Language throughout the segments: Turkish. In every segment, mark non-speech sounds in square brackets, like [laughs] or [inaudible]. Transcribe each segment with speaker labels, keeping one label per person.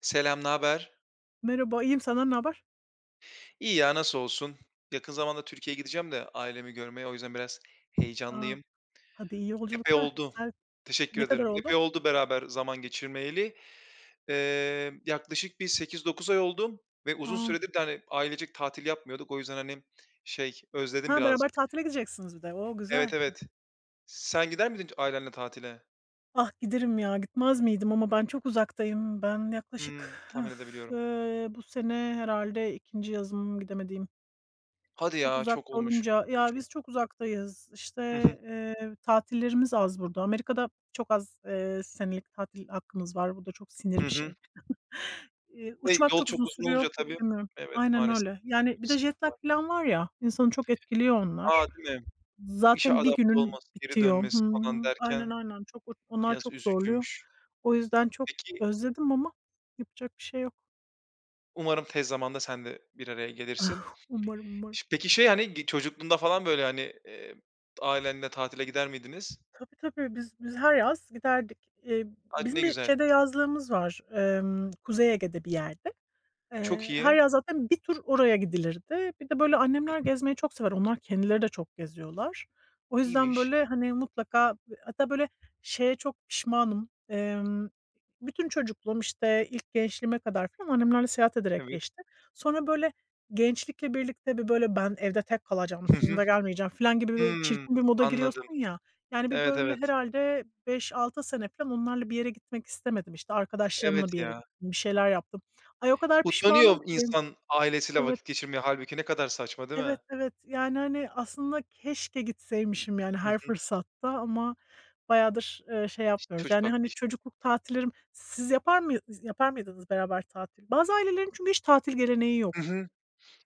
Speaker 1: Selam, ne haber?
Speaker 2: Merhaba, iyiyim. Senden ne haber?
Speaker 1: İyi ya, nasıl olsun? Yakın zamanda Türkiye'ye gideceğim de ailemi görmeye. O yüzden biraz
Speaker 2: A!
Speaker 1: heyecanlıyım.
Speaker 2: Hadi iyi
Speaker 1: Epey
Speaker 2: yolculuklar.
Speaker 1: oldu.
Speaker 2: Güzel.
Speaker 1: Teşekkür
Speaker 2: Ne kadar
Speaker 1: ederim.
Speaker 2: oldu?
Speaker 1: Epey oldu beraber zaman geçirmeyeli. Yaklaşık bir sekiz dokuz ay oldu ve uzun
Speaker 2: A!
Speaker 1: süredir de, hani, ailecek tatil yapmıyorduk. O yüzden, hani, şey, özledim
Speaker 2: Ha,
Speaker 1: birazcık.
Speaker 2: beraber tatile gideceksiniz bir de. O,
Speaker 1: Evet,
Speaker 2: güzel.
Speaker 1: evet. Sen gider miydin ailenle tatile?
Speaker 2: Ah, giderim ya. Gitmez miydim ama ben çok uzaktayım. Ben yaklaşık,
Speaker 1: Hımm, tahmin
Speaker 2: öf,
Speaker 1: edebiliyorum.
Speaker 2: bu sene herhalde ikinci yazım gidemediğim.
Speaker 1: Hadi
Speaker 2: Çok
Speaker 1: ya, çok
Speaker 2: uzakta
Speaker 1: olmuş.
Speaker 2: olunca ya,
Speaker 1: Üzücü.
Speaker 2: biz çok uzaktayız. İşte,
Speaker 1: Hı hı.
Speaker 2: tatillerimiz az burada. Amerika'da çok az, senelik tatil hakkımız var. Bu da çok sinir
Speaker 1: Hı
Speaker 2: bir
Speaker 1: hı.
Speaker 2: şey.
Speaker 1: Ve
Speaker 2: Uçmak
Speaker 1: yol
Speaker 2: çok
Speaker 1: çok
Speaker 2: uzun
Speaker 1: uzun olunca
Speaker 2: sürüyor ve
Speaker 1: tabii. Evet,
Speaker 2: aynen
Speaker 1: maalesef.
Speaker 2: öyle. Yani bir de jet
Speaker 1: Sıkıntı
Speaker 2: lag
Speaker 1: var.
Speaker 2: filan var ya, insanı çok etkiliyor
Speaker 1: A!
Speaker 2: onlar.
Speaker 1: Değil mi? İşe
Speaker 2: Zaten bir
Speaker 1: adapte
Speaker 2: günün
Speaker 1: olması, geri
Speaker 2: bitiyor.
Speaker 1: dönmesi falan
Speaker 2: Hımm. Aynen,
Speaker 1: derken
Speaker 2: aynen. Çok onlar
Speaker 1: biraz
Speaker 2: çok zorluyor.
Speaker 1: üzücüymüş.
Speaker 2: O yüzden çok
Speaker 1: Peki,
Speaker 2: özledim ama yapacak bir şey yok.
Speaker 1: umarım tez zamanda sen de bir araya gelirsin.
Speaker 2: [laughs] Umarım, umarım.
Speaker 1: Peki, şey, hani, çocukluğunda falan, böyle, hani, ailenle tatile gider miydiniz?
Speaker 2: Tabii, tabii. Biz her yaz giderdik.
Speaker 1: A, ne
Speaker 2: Bizim bir
Speaker 1: güzel.
Speaker 2: şeyde yazlığımız var, Kuzey Ege'de bir yerde.
Speaker 1: Çok
Speaker 2: Her
Speaker 1: iyi.
Speaker 2: yaz zaten bir tur oraya gidilirdi. Bir de, böyle, annemler gezmeyi çok sever. Onlar kendileri de çok geziyorlar. O yüzden,
Speaker 1: İyiymiş.
Speaker 2: böyle, hani, mutlaka hatta, böyle, şeye çok pişmanım. Bütün çocukluğum, işte, ilk gençliğime kadar filan annemlerle seyahat ederek
Speaker 1: Evet.
Speaker 2: geçti. Sonra, böyle, gençlikle birlikte bir, böyle, "Ben evde tek kalacağım,
Speaker 1: Hı hı.
Speaker 2: sizinle gelmeyeceğim." filan gibi bir
Speaker 1: Hımm,
Speaker 2: çirkin bir moda
Speaker 1: anladım.
Speaker 2: giriyorsun ya. Yani, bir,
Speaker 1: Evet,
Speaker 2: böyle,
Speaker 1: evet.
Speaker 2: herhâlde beş altı sene filan onlarla bir yere gitmek istemedim. İşte,
Speaker 1: Evet
Speaker 2: arkadaşlarımla bir yere
Speaker 1: ya.
Speaker 2: gittim, bir şeyler yaptım. Ay, o kadar
Speaker 1: Utanıyor
Speaker 2: pişmanım ki.
Speaker 1: insan ailesiyle
Speaker 2: Evet,
Speaker 1: vakit geçirmeye. Hâlbuki ne kadar saçma değil mi?
Speaker 2: evet, evet. Yani, hani, aslında keşke gitseymişim, yani,
Speaker 1: Hı
Speaker 2: her
Speaker 1: hı.
Speaker 2: fırsatta ama bayağıdır, şey
Speaker 1: İşte,
Speaker 2: yapmıyoruz.
Speaker 1: çocuk
Speaker 2: Yani,
Speaker 1: aklı
Speaker 2: hani,
Speaker 1: işte.
Speaker 2: çocukluk tatillerim siz yapar mıydınız beraber tatil? Bazı ailelerin çünkü hiç tatil geleneği yok.
Speaker 1: Hı hı.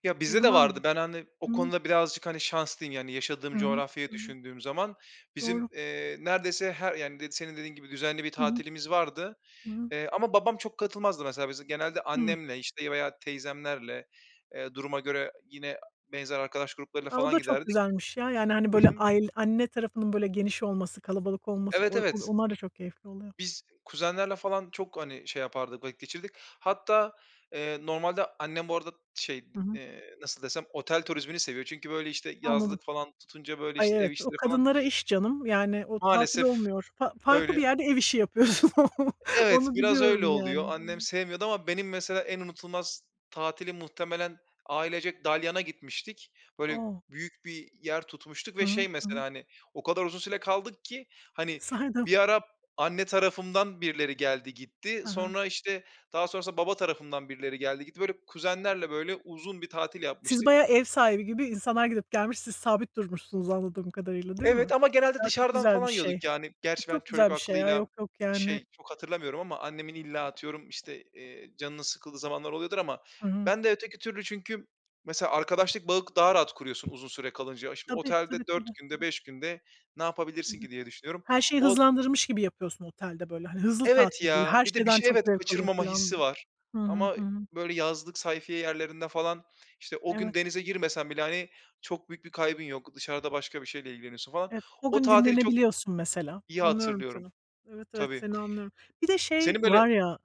Speaker 1: Ya, bizde
Speaker 2: Sizin
Speaker 1: de
Speaker 2: var mıydı?
Speaker 1: vardı. Ben, hani, o
Speaker 2: Hı hı.
Speaker 1: konuda birazcık, hani, şanslıyım. Yani, yaşadığım
Speaker 2: Hı hı.
Speaker 1: coğrafyayı
Speaker 2: Hı hı.
Speaker 1: düşündüğüm zaman bizim,
Speaker 2: Doğru.
Speaker 1: neredeyse her yani, de senin dediğin gibi düzenli bir
Speaker 2: Hı hı.
Speaker 1: tatilimiz vardı,
Speaker 2: Hı hı.
Speaker 1: ama babam çok katılmazdı mesela. Biz genelde
Speaker 2: Hıı.
Speaker 1: annemle, işte, veya teyzemlerle, duruma göre yine benzer arkadaş gruplarıyla
Speaker 2: A, o
Speaker 1: falan
Speaker 2: da çok
Speaker 1: giderdik.
Speaker 2: güzelmiş ya. Yani, hani,
Speaker 1: Hı
Speaker 2: böyle
Speaker 1: hı.
Speaker 2: anne tarafının böyle geniş olması, kalabalık olması
Speaker 1: Evet,
Speaker 2: o o
Speaker 1: evet.
Speaker 2: onlar da çok keyifli oluyor.
Speaker 1: Biz kuzenlerle falan çok, hani, şey yapardık, vakit geçirdik. Hatta, normalde annem bu arada şey,
Speaker 2: Hı hı.
Speaker 1: nasıl desem, otel turizmini seviyor. Çünkü böyle, işte,
Speaker 2: Anladım.
Speaker 1: yazlık falan tutunca, böyle,
Speaker 2: Ay,
Speaker 1: işte, ev
Speaker 2: evet, o
Speaker 1: işleri falan
Speaker 2: kadınlara iş canım. Yani o tatil
Speaker 1: maalesef
Speaker 2: olmuyor. Farklı bir
Speaker 1: öyle.
Speaker 2: yerde ev işi yapıyorsun. [laughs]
Speaker 1: Evet,
Speaker 2: Onu
Speaker 1: biraz öyle
Speaker 2: biliyorum
Speaker 1: oluyor.
Speaker 2: yani.
Speaker 1: Annem sevmiyordu ama benim mesela en unutulmaz tatili muhtemelen ailecek Dalyan'a gitmiştik. Böyle
Speaker 2: O!
Speaker 1: büyük bir yer tutmuştuk
Speaker 2: Hı
Speaker 1: ve
Speaker 2: hı.
Speaker 1: şey
Speaker 2: Hı
Speaker 1: mesela,
Speaker 2: hı.
Speaker 1: hani, o kadar uzun süre kaldık ki, hani, bir ara anne tarafımdan birileri geldi gitti. Sonra, işte, daha sonrasında baba tarafımdan birileri geldi gitti. Böyle kuzenlerle böyle uzun bir tatil
Speaker 2: Siz
Speaker 1: yapmıştık.
Speaker 2: bayağı ev sahibi gibi insanlar gidip gelmiş, siz sabit durmuşsunuz anladığım kadarıyla, değil
Speaker 1: Evet
Speaker 2: mi?
Speaker 1: ama genelde
Speaker 2: Ya, çok
Speaker 1: dışarıdan
Speaker 2: güzel bir
Speaker 1: falan
Speaker 2: şey.
Speaker 1: yiyorduk
Speaker 2: E,
Speaker 1: yani. Gerçi ben
Speaker 2: çok
Speaker 1: çocuk
Speaker 2: güzel bir şey ya.
Speaker 1: aklıyla
Speaker 2: Yok, yok yani.
Speaker 1: şey, çok hatırlamıyorum ama annemin illa atıyorum, işte, canının sıkıldığı zamanlar oluyordur ama
Speaker 2: Hı hı.
Speaker 1: ben de öteki türlü çünkü mesela arkadaşlık bağı daha rahat kuruyorsun uzun süre kalınca. Şimdi
Speaker 2: Tabii, tabii,
Speaker 1: otelde
Speaker 2: tabii,
Speaker 1: 4 günde, 5 günde ne yapabilirsin
Speaker 2: tabii.
Speaker 1: ki diye düşünüyorum.
Speaker 2: Her şeyi
Speaker 1: O
Speaker 2: hızlandırmış gibi yapıyorsun otelde böyle. Hani hızlı
Speaker 1: evet
Speaker 2: tatil böyle
Speaker 1: ya,
Speaker 2: her
Speaker 1: bir de bir
Speaker 2: şeyden
Speaker 1: şey
Speaker 2: çok
Speaker 1: evet,
Speaker 2: zevk alayım
Speaker 1: kaçırmama
Speaker 2: falan
Speaker 1: hissi
Speaker 2: diye.
Speaker 1: var
Speaker 2: Hı hı.
Speaker 1: ama
Speaker 2: Hı hı.
Speaker 1: böyle yazlık sayfiye yerlerinde falan, işte, o gün
Speaker 2: Evet.
Speaker 1: denize girmesen bile, hani, çok büyük bir kaybın yok. Dışarıda başka bir şeyle ilgileniyorsun falan.
Speaker 2: Evet, o
Speaker 1: O
Speaker 2: gün
Speaker 1: tatili çok
Speaker 2: dinlenebiliyorsun mesela.
Speaker 1: İyi
Speaker 2: Anlıyorum
Speaker 1: hatırlıyorum.
Speaker 2: seni. Evet, evet,
Speaker 1: Tabii.
Speaker 2: seni anlıyorum. Bir de şey
Speaker 1: Senin böyle
Speaker 2: var ya,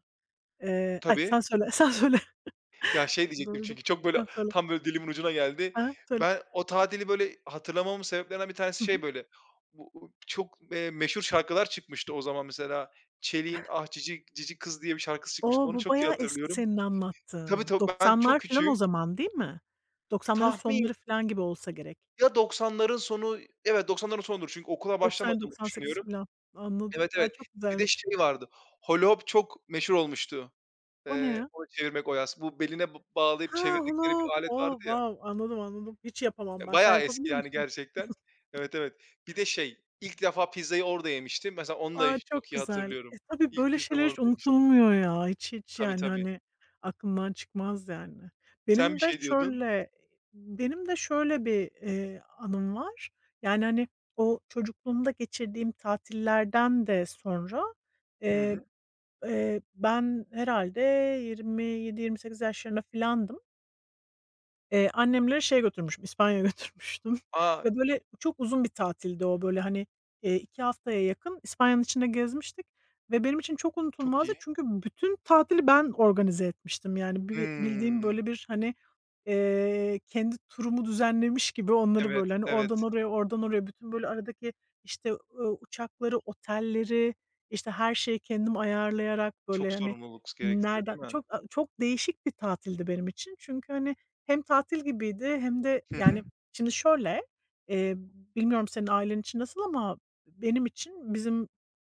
Speaker 2: ay,
Speaker 1: tabii.
Speaker 2: sen söyle, sen söyle.
Speaker 1: Ya, şey
Speaker 2: [laughs]
Speaker 1: diyecektim
Speaker 2: Böldüm.
Speaker 1: çünkü çok böyle
Speaker 2: Sen söyle.
Speaker 1: tam böyle dilimin ucuna geldi.
Speaker 2: Ha söyle.
Speaker 1: Ben o tatili böyle hatırlamamın sebeplerinden bir tanesi
Speaker 2: Hı
Speaker 1: şey
Speaker 2: hı.
Speaker 1: böyle, bu çok, meşhur şarkılar çıkmıştı o zaman mesela. Çelik'in "Ah Cici Cici Kız" diye bir şarkısı çıkmış.
Speaker 2: O,
Speaker 1: Onu
Speaker 2: bu
Speaker 1: çok iyi
Speaker 2: bayağı eski
Speaker 1: hatırlıyorum.
Speaker 2: senin
Speaker 1: Tabii,
Speaker 2: anlattığın.
Speaker 1: tabii, ben çok
Speaker 2: 90'lar filan o
Speaker 1: küçüğüm.
Speaker 2: zaman değil mi? 90'ların
Speaker 1: Tahmin
Speaker 2: sonları filan gibi olsa gerek.
Speaker 1: ya 90'ların sonu. Evet, 90'ların sonudur çünkü okula başlamadığımı
Speaker 2: 90-98
Speaker 1: düşünüyorum.
Speaker 2: filan. Anladım.
Speaker 1: Evet,
Speaker 2: Ay,
Speaker 1: evet.
Speaker 2: çok
Speaker 1: Bir de
Speaker 2: güzelmiş.
Speaker 1: şey vardı, Holohop çok meşhur olmuştu.
Speaker 2: O ne
Speaker 1: Eee,
Speaker 2: ya?
Speaker 1: onu çevirmek o yas. Bu beline bağlayıp
Speaker 2: Ha, hula
Speaker 1: çevirdikleri
Speaker 2: hoop.
Speaker 1: bir alet vardı
Speaker 2: O,
Speaker 1: ya.
Speaker 2: wow! Anladım, anladım. Hiç yapamam
Speaker 1: Ya,
Speaker 2: ben. Sen
Speaker 1: bayağı eski
Speaker 2: yapabiliyor
Speaker 1: yani
Speaker 2: musun?
Speaker 1: gerçekten. Evet, evet. Bir de şey, ilk defa pizzayı orada yemiştim. Mesela onu da
Speaker 2: A,
Speaker 1: çok
Speaker 2: çok
Speaker 1: iyi
Speaker 2: güzel. E,
Speaker 1: hatırlıyorum.
Speaker 2: tabii
Speaker 1: İlk
Speaker 2: böyle
Speaker 1: pizzamı
Speaker 2: şeyler hiç
Speaker 1: orada yemiştim.
Speaker 2: unutulmuyor ya. Hiç hiç
Speaker 1: Tabii,
Speaker 2: yani,
Speaker 1: tabii.
Speaker 2: hani, aklımdan çıkmaz yani.
Speaker 1: Sen bir
Speaker 2: Benim de
Speaker 1: şey diyordun.
Speaker 2: şöyle Benim de şöyle bir, anım var. Yani, hani, o çocukluğumda geçirdiğim tatillerden de sonra,
Speaker 1: Hı
Speaker 2: eee,
Speaker 1: hı.
Speaker 2: ben herhâlde 27-28 yaşlarında filandım. Annemleri şeye götürmüşüm, İspanya'ya götürmüştüm [laughs]
Speaker 1: A!
Speaker 2: ve böyle çok uzun bir tatildi o. Böyle, hani, 2 haftaya yakın İspanya'nın içinde gezmiştik ve benim için çok
Speaker 1: Çok
Speaker 2: unutulmazdı
Speaker 1: iyi.
Speaker 2: çünkü bütün tatili ben organize etmiştim. Yani bildiğim
Speaker 1: Hımm.
Speaker 2: böyle bir, hani, kendi turumu düzenlemiş gibi onları
Speaker 1: Evet,
Speaker 2: böyle, hani, oradan
Speaker 1: evet.
Speaker 2: oraya, oradan oraya bütün böyle aradaki, işte, uçakları, otelleri, işte, her şeyi kendim ayarlayarak
Speaker 1: Çok
Speaker 2: böyle, hani,
Speaker 1: sorumluluk gerektiriyor
Speaker 2: nereden
Speaker 1: değil mi?
Speaker 2: çok çok değişik bir tatildi benim için. Çünkü, hani, hem tatil gibiydi hem de,
Speaker 1: Hı hı.
Speaker 2: yani, şimdi şöyle, eee, bilmiyorum senin ailen için nasıl ama benim için bizim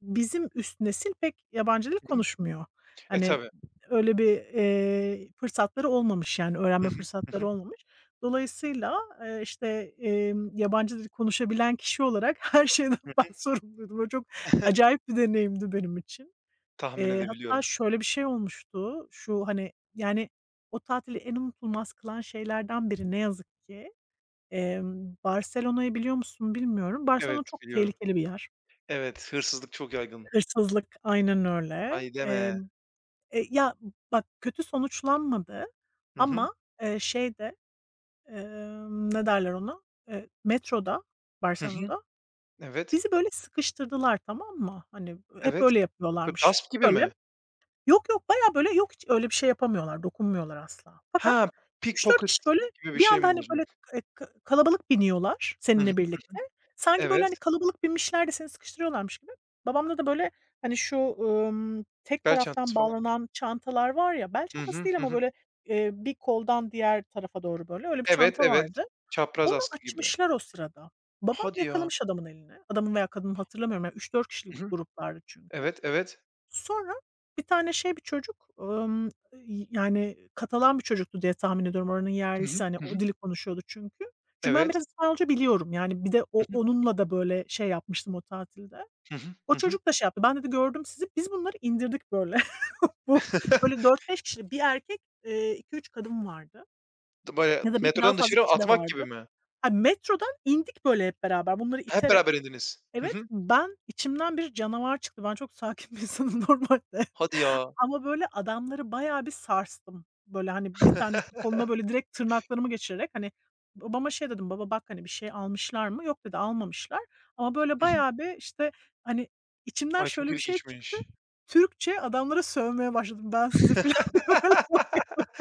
Speaker 2: bizim üst nesil pek yabancı dil
Speaker 1: Hı hı.
Speaker 2: konuşmuyor.
Speaker 1: E,
Speaker 2: Hani,
Speaker 1: tabii.
Speaker 2: öyle bir, fırsatları olmamış, yani,
Speaker 1: Hı
Speaker 2: öğrenme
Speaker 1: hı. Hı
Speaker 2: fırsatları
Speaker 1: hı.
Speaker 2: olmamış. Dolayısıyla, işte, yabancı dil konuşabilen kişi olarak [laughs] her şeyden
Speaker 1: Hı
Speaker 2: ben sorumluydum. O çok
Speaker 1: hı. [laughs]
Speaker 2: acayip bir deneyimdi benim için.
Speaker 1: Tahmin
Speaker 2: Hatta
Speaker 1: edebiliyorum.
Speaker 2: şöyle bir şey olmuştu. Şu, hani, yani, o tatili en unutulmaz kılan şeylerden biri ne yazık ki. Barcelona'yı biliyor musun bilmiyorum.
Speaker 1: Evet,
Speaker 2: Barcelona çok
Speaker 1: biliyorum.
Speaker 2: tehlikeli bir yer.
Speaker 1: Evet, hırsızlık çok yaygın.
Speaker 2: Hırsızlık, aynen öyle.
Speaker 1: Ay deme.
Speaker 2: E, ya, bak kötü sonuçlanmadı
Speaker 1: Hı hı.
Speaker 2: ama, şeyde, ne derler ona, metroda,
Speaker 1: Hı hı.
Speaker 2: Barcelona'da
Speaker 1: Evet.
Speaker 2: bizi böyle sıkıştırdılar, tamam mı? Hani, hep
Speaker 1: Evet.
Speaker 2: öyle
Speaker 1: Bö
Speaker 2: yapıyorlarmış.
Speaker 1: gasp gibi
Speaker 2: Böyle
Speaker 1: mi?
Speaker 2: yok, yok, bayağı böyle yok hiç öyle bir şey yapamıyorlar, dokunmuyorlar asla.
Speaker 1: Ha,
Speaker 2: Fakat üç dört
Speaker 1: pickpocket
Speaker 2: kişi böyle
Speaker 1: gibi bir
Speaker 2: bir
Speaker 1: şey
Speaker 2: anda,
Speaker 1: mi
Speaker 2: hani,
Speaker 1: olacak?
Speaker 2: böyle, ka kalabalık biniyorlar
Speaker 1: Hı hı.
Speaker 2: seninle birlikte. Sanki böyle, hani,
Speaker 1: Evet.
Speaker 2: kalabalık binmişler de seni sıkıştırıyorlarmış gibi. Babamda da böyle, hani, şu, tek
Speaker 1: Bel çantası
Speaker 2: taraftan
Speaker 1: falan mı?
Speaker 2: bağlanan çantalar var ya, bel
Speaker 1: Hı
Speaker 2: çantası
Speaker 1: hı.
Speaker 2: değil
Speaker 1: Hı
Speaker 2: ama
Speaker 1: hı.
Speaker 2: böyle, bir koldan diğer tarafa doğru böyle öyle bir
Speaker 1: Evet,
Speaker 2: çanta
Speaker 1: evet.
Speaker 2: vardı.
Speaker 1: Çapraz
Speaker 2: Onu
Speaker 1: askı gibi.
Speaker 2: açmışlar o sırada. Babam
Speaker 1: Hadi ya.
Speaker 2: yakalamış adamın eline. Adamın veya kadının hatırlamıyorum, yani 3-4 kişilik
Speaker 1: Hı hı.
Speaker 2: gruplardı çünkü.
Speaker 1: Evet, evet.
Speaker 2: Sonra bir tane şey bir çocuk, yani Katalan bir çocuktu diye tahmin ediyorum oranın
Speaker 1: Hı
Speaker 2: yerlisi,
Speaker 1: hı.
Speaker 2: hani,
Speaker 1: Hı
Speaker 2: o
Speaker 1: hı.
Speaker 2: dili konuşuyordu çünkü. Çünkü ben
Speaker 1: Evet.
Speaker 2: biraz İspanyolca biliyorum. Yani bir de onunla da böyle şey yapmıştım o tatilde.
Speaker 1: Hı hı. Hı
Speaker 2: O
Speaker 1: hı.
Speaker 2: çocuk da şey yaptı. "Ben" dedi, "gördüm sizi. Biz bunları indirdik böyle." [laughs] Bu böyle
Speaker 1: [laughs]
Speaker 2: dört beş kişi bir erkek, 2-3 kadın vardı
Speaker 1: Böyle
Speaker 2: ya da belki daha
Speaker 1: metrodan
Speaker 2: fazla
Speaker 1: dışarı
Speaker 2: kişi de
Speaker 1: atmak gibi
Speaker 2: vardı.
Speaker 1: mi?
Speaker 2: Ha, metrodan indik böyle hep beraber bunları
Speaker 1: Hep
Speaker 2: iterek.
Speaker 1: beraber indiniz. Hı
Speaker 2: Evet,
Speaker 1: hı.
Speaker 2: ben içimden bir canavar çıktı. Ben çok sakin bir insanım [laughs] normalde
Speaker 1: Hadi ya.
Speaker 2: ama böyle adamları bayağı bir sarstım. Böyle, hani, bir tanesinin koluna böyle direkt tırnaklarımı geçirerek, hani, babama şey dedim, "Baba bak, hani, bir şey almışlar mı?" "Yok." dedi, "Almamışlar." Ama böyle
Speaker 1: Hı hı.
Speaker 2: bayağı bir, işte, hani, içimden
Speaker 1: Ay, çok
Speaker 2: şöyle bir şey çıktı.
Speaker 1: ilginçmiş.
Speaker 2: Türkçe adamlara sövmeye başladım. "Ben sizi" filan [laughs] diye böyle [laughs] bağırıyorum.
Speaker 1: [laughs]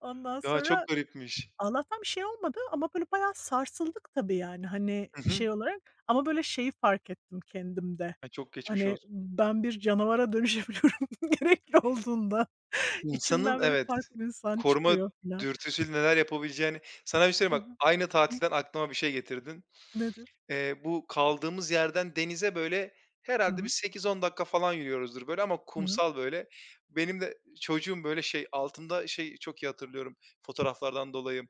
Speaker 2: Ondan
Speaker 1: Ya, çok
Speaker 2: sonra
Speaker 1: garipmiş.
Speaker 2: Allah'tan bir şey olmadı ama böyle bayağı sarsıldık tabii yani, hani,
Speaker 1: Hı hı.
Speaker 2: şey olarak ama böyle şeyi fark ettim kendimde.
Speaker 1: Ay, çok geçmiş
Speaker 2: Hani,
Speaker 1: olsun.
Speaker 2: ben bir canavara dönüşebiliyorum [laughs] gerekli olduğunda.
Speaker 1: İnsanın
Speaker 2: İçimden böyle
Speaker 1: evet.
Speaker 2: farklı bir insan
Speaker 1: Koruma
Speaker 2: çıkıyor falan.
Speaker 1: dürtüsüyle neler yapabileceğini sana bir şey
Speaker 2: Hı
Speaker 1: söyleyeyim bak,
Speaker 2: hı.
Speaker 1: aynı
Speaker 2: Hı.
Speaker 1: tatilden aklıma bir şey getirdin.
Speaker 2: Nedir?
Speaker 1: Bu kaldığımız yerden denize böyle
Speaker 2: Hı
Speaker 1: herhalde bir
Speaker 2: hı.
Speaker 1: sekiz on dakika falan yürüyoruzdur böyle ama
Speaker 2: Hı hı.
Speaker 1: kumsal böyle. Benim de çocuğum böyle şey, altında şey çok iyi hatırlıyorum fotoğraflardan dolayı,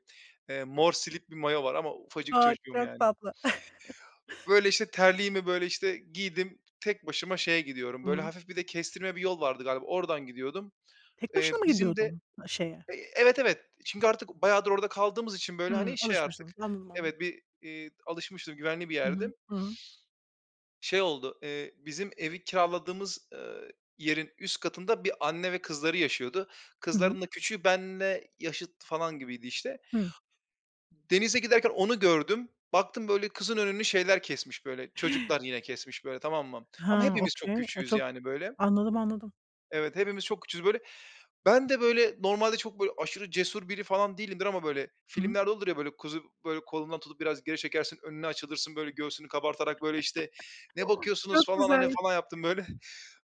Speaker 1: mor silip bir mayo var ama ufacık
Speaker 2: A,
Speaker 1: çocuğum
Speaker 2: çok
Speaker 1: yani.
Speaker 2: tatlı. [laughs]
Speaker 1: Böyle, işte, terliğimi, böyle, işte, giydim, tek başıma şeye gidiyorum, böyle
Speaker 2: Hıı.
Speaker 1: hafif bir de kestirme bir yol vardı galiba, oradan gidiyordum.
Speaker 2: Tek başına
Speaker 1: Eee,
Speaker 2: mı
Speaker 1: bizim de.
Speaker 2: gidiyordun, şeye?
Speaker 1: Evet, evet. Çünkü artık bayağıdır orada kaldığımız için, böyle, hani,
Speaker 2: Hıı,
Speaker 1: şey artık
Speaker 2: alışmışsınız. Anladım, anladım.
Speaker 1: evet, bir, alışmıştım, güvenli bir
Speaker 2: Hı
Speaker 1: yerdi.
Speaker 2: hı. Hı hı.
Speaker 1: Şey oldu, bizim evi kiraladığımız, yerin üst katında bir anne ve kızları yaşıyordu.
Speaker 2: Hı hı.
Speaker 1: Kızların da küçüğü benimle yaşıt falan gibiydi, işte.
Speaker 2: Hı.
Speaker 1: Denize giderken onu gördüm. Baktım, böyle, kızın önünü şeyler kesmiş, böyle, çocuklar yine kesmiş, böyle, tamam mı? Ama
Speaker 2: Ha,
Speaker 1: hepimiz çok
Speaker 2: okay. A,
Speaker 1: küçüğüz,
Speaker 2: çok
Speaker 1: yani, böyle.
Speaker 2: anladım, anladım.
Speaker 1: Evet, hepimiz çok küçüğüz, böyle. Ben de, böyle, normalde çok, böyle, aşırı cesur biri falan değilimdir ama, böyle,
Speaker 2: Hı hı.
Speaker 1: filmlerde olur ya, böyle, kuzu, böyle, kolundan tutup biraz geri çekersin, önüne açılırsın, böyle, göğsünü kabartarak, böyle, işte, "Ne bakıyorsunuz?"
Speaker 2: Çok
Speaker 1: falan,
Speaker 2: güzel.
Speaker 1: hani, falan yaptım, böyle. [laughs]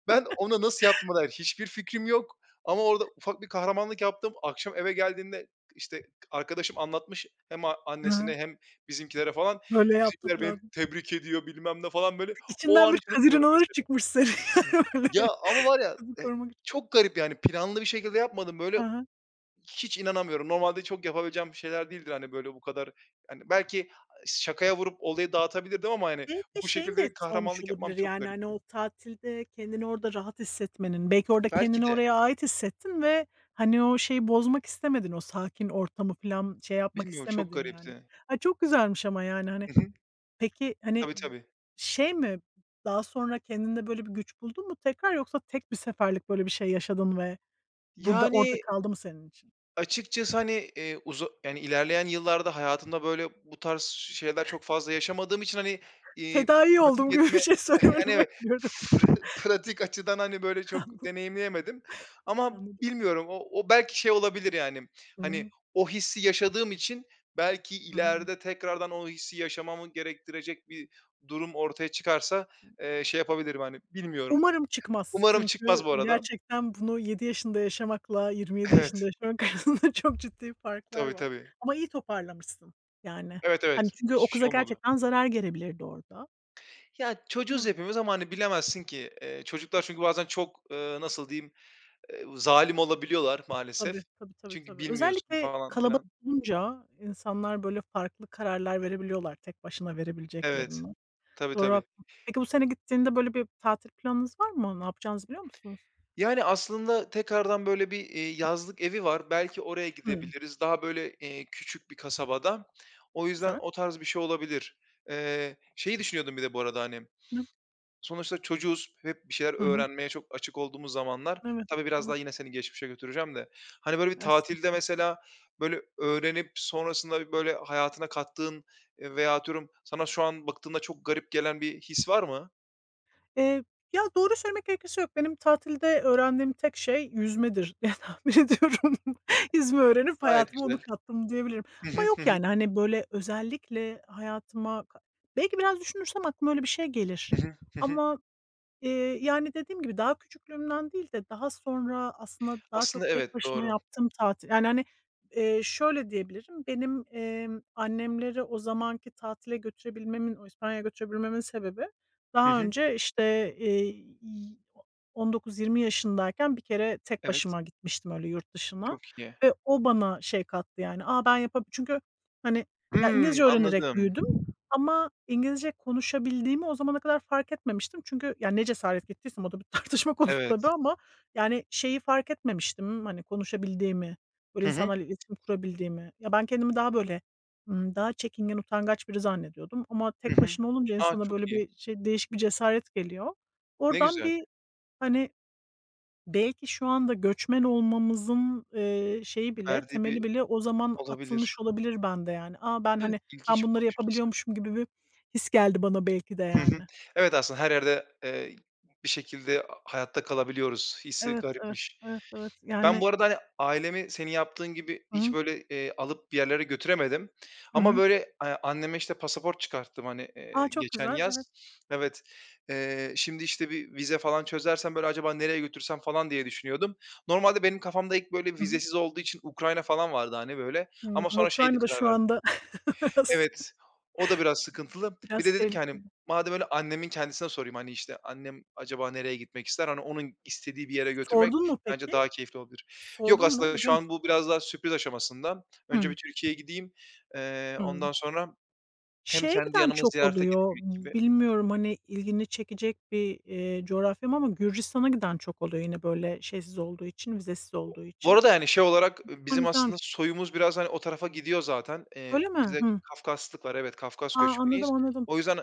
Speaker 1: Ben ona nasıl yaptığıma dair hiçbir fikrim yok ama orada ufak bir kahramanlık yaptım. Akşam eve geldiğinde, işte, arkadaşım anlatmış hem
Speaker 2: Hı hı.
Speaker 1: annesine hem bizimkilere falan.
Speaker 2: Böyle yaptı
Speaker 1: Bizimkiler beni
Speaker 2: falan.
Speaker 1: tebrik ediyor, bilmem ne falan, böyle. O
Speaker 2: İçinden
Speaker 1: an
Speaker 2: bir
Speaker 1: hiç
Speaker 2: kazı
Speaker 1: unutmuyorum mesela.
Speaker 2: çıkmış senin [laughs] yani
Speaker 1: Ya,
Speaker 2: böyle
Speaker 1: ama var ya,
Speaker 2: kızı korumak için.
Speaker 1: çok garip, yani, planlı bir şekilde yapmadım.
Speaker 2: Hı
Speaker 1: Böyle,
Speaker 2: hı.
Speaker 1: hiç inanamıyorum. Normalde çok yapabileceğim şeyler değildir, hani, böyle, bu kadar, yani belki şakaya vurup olayı dağıtabilirdim ama, hani,
Speaker 2: Belki
Speaker 1: bu
Speaker 2: şeyin de
Speaker 1: şekilde bir
Speaker 2: etkisi olmuş
Speaker 1: kahramanlık yapmam
Speaker 2: olabilir,
Speaker 1: çok
Speaker 2: yani, hani,
Speaker 1: garipti.
Speaker 2: o tatilde kendini orada rahat hissetmenin, belki orada
Speaker 1: Belki
Speaker 2: kendini
Speaker 1: de,
Speaker 2: oraya ait hissettin ve, hani, o şeyi bozmak istemedin, o sakin ortamı filan şey yapmak
Speaker 1: bilmiyorum, çok
Speaker 2: istemedin yani.
Speaker 1: garipti.
Speaker 2: Ay, çok güzelmiş ama yani, hani,
Speaker 1: Hı hı.
Speaker 2: peki, hani,
Speaker 1: Tabii, tabii.
Speaker 2: şey mi, daha sonra kendinde böyle bir güç buldun mu tekrar yoksa tek bir seferlik böyle bir şey yaşadın ve burada orada
Speaker 1: Yani
Speaker 2: kaldı mı senin için?
Speaker 1: açıkçası, hani, uza yani, ilerleyen yıllarda hayatımda, böyle, bu tarz şeyler çok fazla yaşamadığım için, hani, iii,
Speaker 2: Tedavi oldum
Speaker 1: pratik
Speaker 2: gibi bir
Speaker 1: etme.
Speaker 2: şey
Speaker 1: [laughs]
Speaker 2: söylemeni
Speaker 1: Yani,
Speaker 2: [laughs]
Speaker 1: evet,
Speaker 2: bekliyorum.
Speaker 1: [laughs] pratik açıdan, hani, böyle, çok
Speaker 2: [laughs]
Speaker 1: deneyimleyemedim ama
Speaker 2: Anladım, anladım.
Speaker 1: bilmiyorum, o belki şey olabilir, yani, hani,
Speaker 2: Hıı.
Speaker 1: o hissi yaşadığım için belki
Speaker 2: Hıı.
Speaker 1: ileride tekrardan o hissi yaşamamı gerektirecek bir durum ortaya çıkarsa, şey yapabilirim, hani, bilmiyorum.
Speaker 2: Umarım çıkmaz.
Speaker 1: Umarım çıkmaz
Speaker 2: Çünkü
Speaker 1: bu arada.
Speaker 2: gerçekten bunu 7 yaşında yaşamakla 27 yaşında
Speaker 1: [laughs] Evet,
Speaker 2: yaşamak [laughs] arasında çok ciddi farklar
Speaker 1: tabii,
Speaker 2: var.
Speaker 1: tabii.
Speaker 2: Ama iyi toparlamışsın yani.
Speaker 1: Evet,
Speaker 2: Hani,
Speaker 1: evet,
Speaker 2: çünkü o
Speaker 1: hiçbir şey
Speaker 2: kıza
Speaker 1: olmadı.
Speaker 2: gerçekten zarar gelebilirdi orada.
Speaker 1: Ya,
Speaker 2: Değil
Speaker 1: çocuğuz
Speaker 2: mi?
Speaker 1: hepimiz ama, hani, bilemezsin ki. Çocuklar çünkü bazen çok, nasıl diyeyim, zalim olabiliyorlar
Speaker 2: Tabii,
Speaker 1: maalesef.
Speaker 2: tabii, tabii,
Speaker 1: Çünkü
Speaker 2: tabii.
Speaker 1: bilmiyorsun
Speaker 2: Özellikle
Speaker 1: falan
Speaker 2: kalabalık
Speaker 1: filan.
Speaker 2: olunca insanlar böyle farklı kararlar verebiliyorlar tek başına
Speaker 1: Evet.
Speaker 2: verebileceklerini.
Speaker 1: Tabii,
Speaker 2: Doğru,
Speaker 1: tabii.
Speaker 2: haklısın. Peki bu sene gittiğinde böyle bir tatil planınız var mı? Ne yapacağınızı biliyor musunuz?
Speaker 1: Yani, aslında tekrardan böyle bir, yazlık evi var. Belki oraya
Speaker 2: Hıı.
Speaker 1: gidebiliriz. Daha böyle, küçük bir kasabada. O yüzden
Speaker 2: Güzel.
Speaker 1: o tarz bir şey olabilir. Şeyi düşünüyordum bir de bu arada, hani,
Speaker 2: Hı
Speaker 1: sonuçta çocuğuz, hep bir şeyler
Speaker 2: hı. Hı.
Speaker 1: öğrenmeye çok açık olduğumuz zamanlar.
Speaker 2: Evet.
Speaker 1: Tabii biraz daha
Speaker 2: Evet.
Speaker 1: yine seni geçmişe götüreceğim de, hani, böyle, bir
Speaker 2: Aslın
Speaker 1: tatilde mesela, böyle, öğrenip sonrasında, böyle, hayatına kattığın, veya atıyorum sana şu an baktığında çok garip gelen bir his var mı?
Speaker 2: Eee, ya, doğru söylemek gerekirse yok. Benim tatilde öğrendiğim tek şey yüzmedir [laughs] diye tahmin ediyorum. [laughs] Yüzme öğrenip
Speaker 1: Gayet
Speaker 2: hayatıma onu
Speaker 1: güzel.
Speaker 2: kattım diyebilirim.
Speaker 1: Hı hı,
Speaker 2: Ama
Speaker 1: hı
Speaker 2: yok,
Speaker 1: hı,
Speaker 2: yani, hani, böyle, özellikle hayatıma belki biraz düşünürsem aklıma öyle bir şey gelir
Speaker 1: hı hı, hı hı.
Speaker 2: ama yani, dediğim gibi daha küçüklüğümden değil de daha sonra aslında daha çok
Speaker 1: Aslında
Speaker 2: tek
Speaker 1: evet,
Speaker 2: başına
Speaker 1: doğru.
Speaker 2: yaptığım tatil. Yani, hani, şöyle diyebilirim, benim, annemleri o zamanki tatile götürebilmemin, o İspanya'ya götürebilmemin sebebi
Speaker 1: Hı
Speaker 2: daha
Speaker 1: hı,
Speaker 2: önce, işte, eee, y 19-20 yaşındayken bir kere tek
Speaker 1: evet.
Speaker 2: başıma gitmiştim öyle yurt dışına
Speaker 1: Çok iyi.
Speaker 2: ve o bana şey kattı, yani, "A, ben yapa." Çünkü, hani, ya, İngilizce
Speaker 1: Hımm,
Speaker 2: öğrenerek
Speaker 1: anladım.
Speaker 2: büyüdüm. Ama İngilizce konuşabildiğimi o zamana kadar fark etmemiştim. Çünkü, yani, ne cesaret gittiysem o da bir [laughs] tartışma konusu
Speaker 1: Evet.
Speaker 2: tabii ama, yani, şeyi fark etmemiştim, hani, konuşabildiğimi, böyle
Speaker 1: Hı hı,
Speaker 2: insanlarla iletişim kurabildiğimi. Ya, ben kendimi daha böyle, daha çekingen, utangaç biri zannediyordum ama
Speaker 1: hı
Speaker 2: tek
Speaker 1: hı.
Speaker 2: başına olunca
Speaker 1: A,
Speaker 2: insana
Speaker 1: çok
Speaker 2: böyle
Speaker 1: iyi.
Speaker 2: bir şey değişik bir cesaret geliyor.
Speaker 1: Ne
Speaker 2: Oradan
Speaker 1: güzel.
Speaker 2: bir, hani, belki şu anda göçmen olmamızın, şeyi bile,
Speaker 1: Verdiği bir
Speaker 2: temeli bile o zaman
Speaker 1: olabilir.
Speaker 2: atılmış olabilir bende yani. A, ben,
Speaker 1: Evet,
Speaker 2: hani, ben
Speaker 1: ilginç bir
Speaker 2: bunları
Speaker 1: bakış açısı.
Speaker 2: yapabiliyormuşum gibi bir his geldi bana belki de
Speaker 1: Hı hı.
Speaker 2: yani.
Speaker 1: Evet, aslında her yerde, bir şekilde hayatta kalabiliyoruz hissi
Speaker 2: Evet, evet,
Speaker 1: garipmiş.
Speaker 2: evet, evet.
Speaker 1: Ben
Speaker 2: Yani
Speaker 1: bu arada, hani, ailemi senin yaptığın gibi
Speaker 2: hı
Speaker 1: hiç
Speaker 2: hı.
Speaker 1: böyle, alıp bir yerlere götüremedim
Speaker 2: Hı
Speaker 1: ama
Speaker 2: hı.
Speaker 1: böyle, anneme, işte, pasaport çıkarttım, hani,
Speaker 2: A, çok
Speaker 1: geçen
Speaker 2: güzel. Evet.
Speaker 1: yaz. Evet. Şimdi, işte, bir vize falan çözersem böyle acaba nereye götürsem falan diye düşünüyordum. Normalde benim kafamda ilk böyle
Speaker 2: Hı hı.
Speaker 1: vizesiz olduğu için Ukrayna falan vardı, hani, böyle
Speaker 2: Hımm,
Speaker 1: ama
Speaker 2: ama
Speaker 1: sonra şeydi
Speaker 2: Ukrayna'da
Speaker 1: karar
Speaker 2: şu
Speaker 1: verdim.
Speaker 2: anda [laughs] biraz
Speaker 1: Evet, o da biraz sıkıntılı. Bir
Speaker 2: biraz
Speaker 1: de dedim ki, hani,
Speaker 2: tehlikeli.
Speaker 1: madem öyle annemin kendisine sorayım, hani, işte, annem acaba nereye gitmek ister? Hani, onun istediği bir yere götürmek
Speaker 2: Sordun mu
Speaker 1: bence
Speaker 2: peki?
Speaker 1: daha keyifli olabilir. Yok,
Speaker 2: Sordun mu
Speaker 1: aslında şu
Speaker 2: biliyor
Speaker 1: an
Speaker 2: musun?
Speaker 1: bu biraz daha sürpriz aşamasında. Önce bir
Speaker 2: Hımm.
Speaker 1: Türkiye'ye gideyim, ondan
Speaker 2: Hımm.
Speaker 1: sonra hem
Speaker 2: Şeye
Speaker 1: kendi
Speaker 2: giden
Speaker 1: yanıma
Speaker 2: çok
Speaker 1: ziyarete
Speaker 2: oluyor,
Speaker 1: gitmek gibi.
Speaker 2: bilmiyorum, hani, ilgini çekecek bir, coğrafya mı ama Gürcistan'a giden çok oluyor yine böyle şeysiz olduğu için, vizesiz olduğu
Speaker 1: Bu
Speaker 2: için.
Speaker 1: arada, yani, şey olarak
Speaker 2: Gürcistan
Speaker 1: bizim aslında
Speaker 2: güzelmiş.
Speaker 1: soyumuz biraz, hani, o tarafa gidiyor zaten. Eee,
Speaker 2: Öyle mi?
Speaker 1: bizde
Speaker 2: Hı.
Speaker 1: Kafkaslık var. Evet, Kafkas
Speaker 2: A, anladım,
Speaker 1: göçmeniyiz.
Speaker 2: anladım.
Speaker 1: O yüzden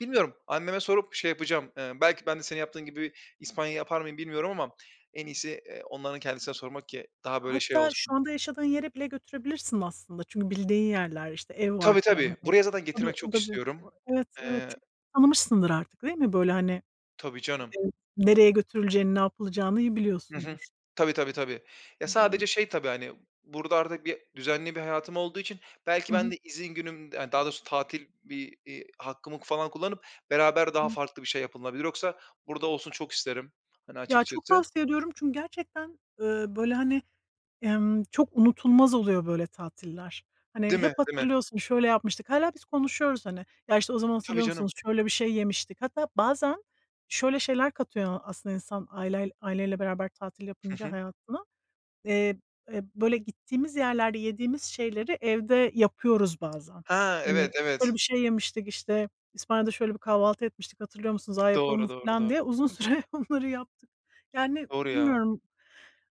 Speaker 1: bilmiyorum, anneme sorup şey yapacağım. Belki ben de senin yaptığın gibi İspanya yapar mıyım bilmiyorum ama en iyisi, onların kendisine sormak ki daha böyle şey
Speaker 2: Hatta
Speaker 1: olsun.
Speaker 2: şu anda yaşadığın yere bile götürebilirsin aslında çünkü bildiğin yerler, işte, ev var
Speaker 1: Tabii,
Speaker 2: filan,
Speaker 1: tabii.
Speaker 2: hani.
Speaker 1: Buraya zaten
Speaker 2: O da
Speaker 1: getirmek
Speaker 2: o
Speaker 1: çok
Speaker 2: da bir o-
Speaker 1: istiyorum.
Speaker 2: Evet, evet,
Speaker 1: Eee
Speaker 2: çok tanımışsındır artık değil mi? Böyle, hani,
Speaker 1: Tabii canım.
Speaker 2: eee, nereye götürüleceğini, ne yapılacağını iyi
Speaker 1: Hı hı.
Speaker 2: biliyorsundur.
Speaker 1: Tabii, tabii, tabii. Ya,
Speaker 2: Anlıyorum.
Speaker 1: sadece şey tabii, hani, burada artık bir düzenli bir hayatım olduğu için belki
Speaker 2: Hı
Speaker 1: ben
Speaker 2: hı.
Speaker 1: de izin günüm yani daha doğrusu tatil bir, hakkımı falan kullanıp beraber daha
Speaker 2: Evet.
Speaker 1: farklı bir şey yapılabilir. Yoksa burada olsun çok isterim, hani,
Speaker 2: Ya, çok
Speaker 1: açıkçası.
Speaker 2: tavsiye ediyorum çünkü gerçekten, böyle, hani çok unutulmaz oluyor böyle tatiller. Hani,
Speaker 1: Değil mi?
Speaker 2: hep
Speaker 1: Değil mi?
Speaker 2: hatırlıyorsun, şöyle yapmıştık. Hâlâ biz konuşuyoruz, hani. Ya, işte, o zaman
Speaker 1: Tabii
Speaker 2: hatırlıyor
Speaker 1: canım.
Speaker 2: musunuz, şöyle bir şey yemiştik. Hatta bazen şöyle şeyler katıyor aslında insan aileyle beraber tatil
Speaker 1: Hı
Speaker 2: yapınca
Speaker 1: hı.
Speaker 2: hayatına. Eee, böyle gittiğimiz yerlerde yediğimiz şeyleri evde yapıyoruz bazen.
Speaker 1: Ha,
Speaker 2: Hani,
Speaker 1: evet,
Speaker 2: şöyle
Speaker 1: evet.
Speaker 2: bir şey yemiştik, işte, İspanya'da şöyle bir kahvaltı etmiştik, hatırlıyor musunuz? A, yapalım
Speaker 1: Doğru,
Speaker 2: mı
Speaker 1: doğru,
Speaker 2: filan
Speaker 1: doğru.
Speaker 2: diye uzun [laughs] süre onları yaptık. Yani,
Speaker 1: Doğru ya.
Speaker 2: bilmiyorum,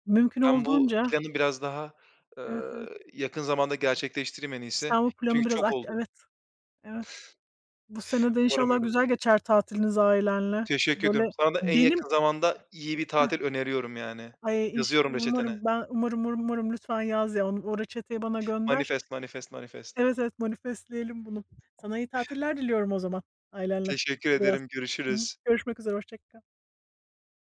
Speaker 2: mümkün
Speaker 1: Ben bu
Speaker 2: olduğunca
Speaker 1: planı biraz daha, eee,
Speaker 2: evet, evet.
Speaker 1: yakın zamanda gerçekleştireyim en iyisi.
Speaker 2: Sen bu
Speaker 1: Çünkü
Speaker 2: planı biraz
Speaker 1: çok
Speaker 2: aç.
Speaker 1: oldu.
Speaker 2: Evet, evet. Bu sene de
Speaker 1: Umarım
Speaker 2: inşallah
Speaker 1: öyle olur.
Speaker 2: güzel geçer tatiliniz ailenle.
Speaker 1: Teşekkür ediyorum.
Speaker 2: Böyle
Speaker 1: Sana da en
Speaker 2: benim
Speaker 1: yakın zamanda iyi bir
Speaker 2: heh,
Speaker 1: tatil öneriyorum yani.
Speaker 2: ay,
Speaker 1: Yazıyorum reçetene.
Speaker 2: umarım ben umarım, umarım, umarım lütfen yaz ya. Onu o reçeteyi bana gönder.
Speaker 1: Manifest, manifest, manifest.
Speaker 2: Evet, evet, manifestleyelim bunu. Sana iyi tatiller diliyorum o zaman ailenle
Speaker 1: Teşekkür
Speaker 2: bu yaz.
Speaker 1: ederim.
Speaker 2: Hı
Speaker 1: Görüşürüz.
Speaker 2: görüşmek üzere, hoşça kal.